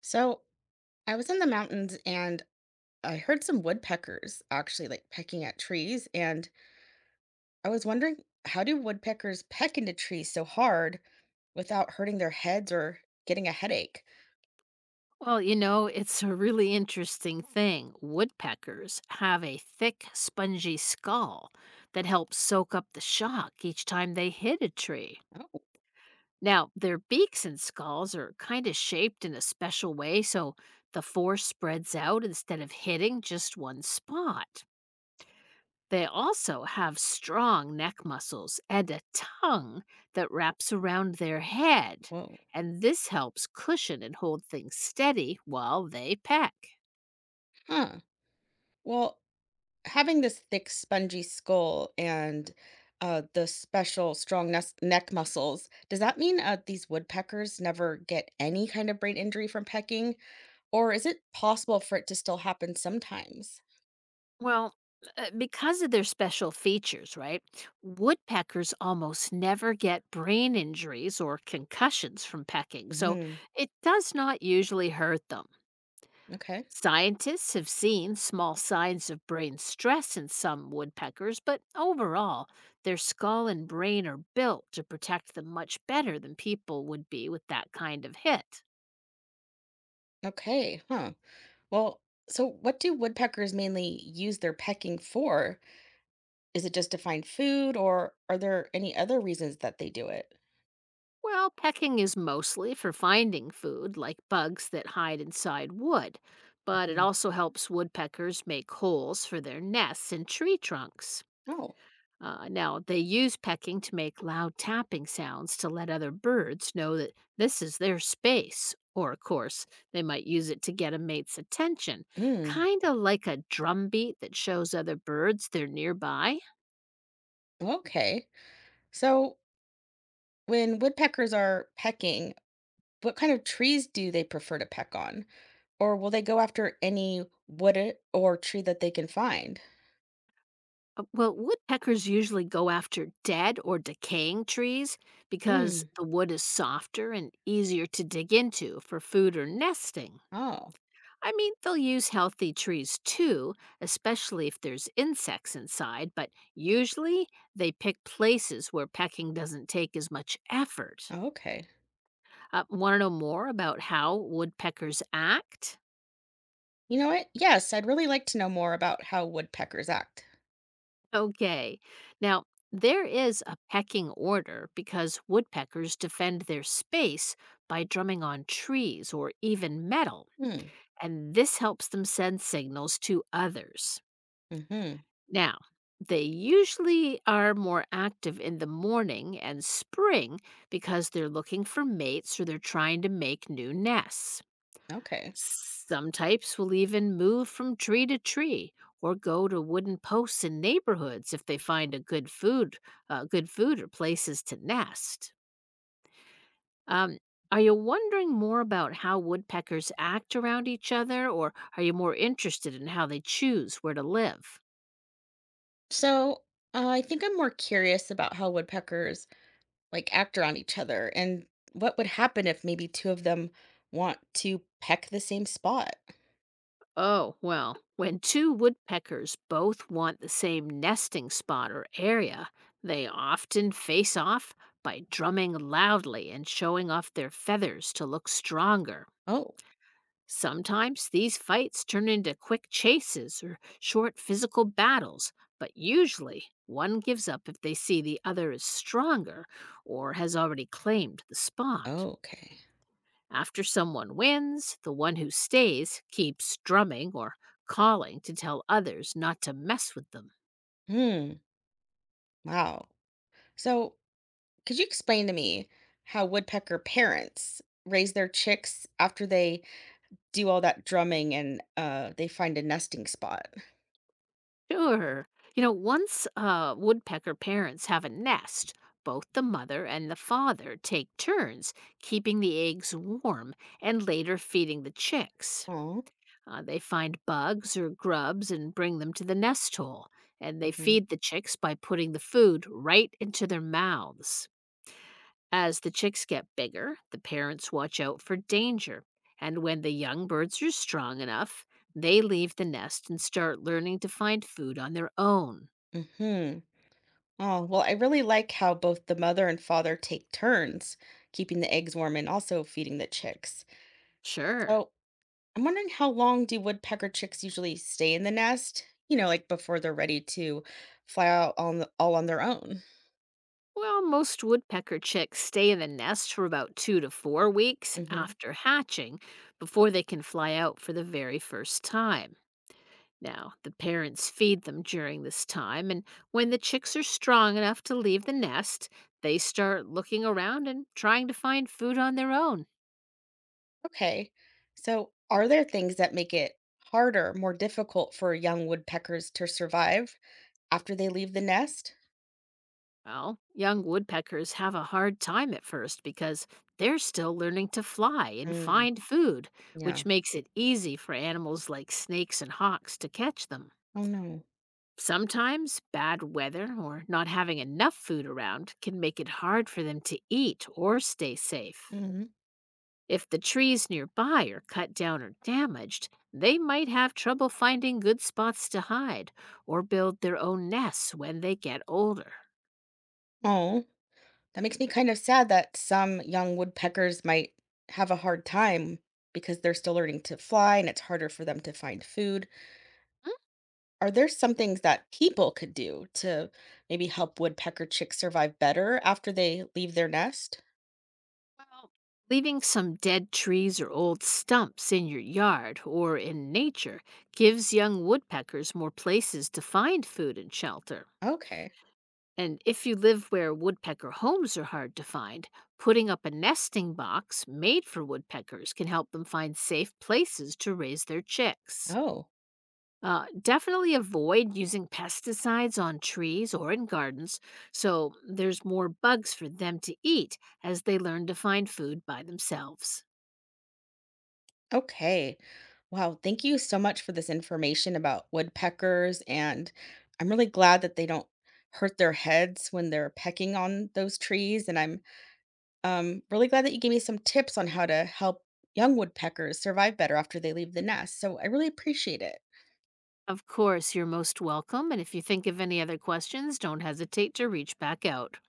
So I was in the mountains and I heard some woodpeckers actually like pecking at trees. And I was wondering, how do woodpeckers peck into trees so hard without hurting their heads or getting a headache? Well, you know, it's a really interesting thing. Woodpeckers have a thick, spongy skull that helps soak up the shock each time they hit a tree. Oh, Now, their beaks and skulls are kind of shaped in a special way so the force spreads out instead of hitting just one spot. They also have strong neck muscles and a tongue that wraps around their head, whoa. and this helps cushion and hold things steady while they peck. Huh. Well, having this thick, spongy skull and the special strong neck muscles, does that mean these woodpeckers never get any kind of brain injury from pecking? Or is it possible for it to still happen sometimes? Well, because of their special features, right? Woodpeckers almost never get brain injuries or concussions from pecking, so it does not usually hurt them. Okay. Scientists have seen small signs of brain stress in some woodpeckers, but overall, their skull and brain are built to protect them much better than people would be with that kind of hit. Okay. Huh. Well, so what do woodpeckers mainly use their pecking for? Is it just to find food, or are there any other reasons that they do it? Well, pecking is mostly for finding food, like bugs that hide inside wood, but it Mhm. also helps woodpeckers make holes for their nests in tree trunks. Oh. Now, they use pecking to make loud tapping sounds to let other birds know that this is their space. Or, of course, they might use it to get a mate's attention, Mm, kind of like a drumbeat that shows other birds they're nearby. okay. So when woodpeckers are pecking, what kind of trees do they prefer to peck on? Or will they go after any wood or tree that they can find? Well, woodpeckers usually go after dead or decaying trees because Hmm. the wood is softer and easier to dig into for food or nesting. Oh. I mean, they'll use healthy trees too, especially if there's insects inside, but usually they pick places where pecking doesn't take as much effort. Okay. Want to know more about how woodpeckers act? You know what? Yes, I'd really like to know more about how woodpeckers act. Okay, now there is a pecking order because woodpeckers defend their space by drumming on trees or even metal, Hmm. and this helps them send signals to others. Hmm. Now, they usually are more active in the morning and spring because they're looking for mates or they're trying to make new nests. Okay. Some types will even move from tree to tree or go to wooden posts in neighborhoods if they find a good food or places to nest. Um, are you wondering more about how woodpeckers act around each other, or are you more interested in how they choose where to live? So I think I'm more curious about how woodpeckers like act around each other and what would happen if maybe two of them want to peck the same spot. Oh, well, when two woodpeckers both want the same nesting spot or area, they often face off by drumming loudly and showing off their feathers to look stronger. Oh, Sometimes these fights turn into quick chases or short physical battles, but usually one gives up if they see the other is stronger or has already claimed the spot. okay. After someone wins, the one who stays keeps drumming or calling to tell others not to mess with them. Hmm. Wow. So could you explain to me how woodpecker parents raise their chicks after they do all that drumming and they find a nesting spot? Sure. You know, once woodpecker parents have a nest, both the mother and the father take turns keeping the eggs warm and later feeding the chicks. Oh. They find bugs or grubs and bring them to the nest hole, and they feed the chicks by putting the food right into their mouths. As the chicks get bigger, the parents watch out for danger, and when the young birds are strong enough, they leave the nest and start learning to find food on their own. Mm-hmm. Oh, well, I really like how both the mother and father take turns keeping the eggs warm and also feeding the chicks. Sure. So I'm wondering how long do woodpecker chicks usually stay in the nest? You know, like before they're ready to fly out on the, all on their own. Well, most woodpecker chicks stay in the nest for about 2 to 4 weeks Hmm. after hatching before they can fly out for the very first time. Now, the parents feed them during this time, and when the chicks are strong enough to leave the nest, they start looking around and trying to find food on their own. Okay. So are there things that make it harder, more difficult for young woodpeckers to survive after they leave the nest? Well, young woodpeckers have a hard time at first because they're still learning to fly and Mm, find food, yeah. which makes it easy for animals like snakes and hawks to catch them. Oh no. Sometimes bad weather or not having enough food around can make it hard for them to eat or stay safe. Hmm. If the trees nearby are cut down or damaged, they might have trouble finding good spots to hide or build their own nests when they get older. Oh. That makes me kind of sad that some young woodpeckers might have a hard time because they're still learning to fly and it's harder for them to find food. Are there some things that people could do to maybe help woodpecker chicks survive better after they leave their nest? Well, leaving some dead trees or old stumps in your yard or in nature gives young woodpeckers more places to find food and shelter. Okay. And if you live where woodpecker homes are hard to find, putting up a nesting box made for woodpeckers can help them find safe places to raise their chicks. Oh, Definitely avoid using pesticides on trees or in gardens so there's more bugs for them to eat as they learn to find food by themselves. okay. Wow. Thank you so much for this information about woodpeckers. And I'm really glad that they don't hurt their heads when they're pecking on those trees. And I'm really glad that you gave me some tips on how to help young woodpeckers survive better after they leave the nest. So I really appreciate it. Of course, you're most welcome, and if you think of any other questions, don't hesitate to reach back out.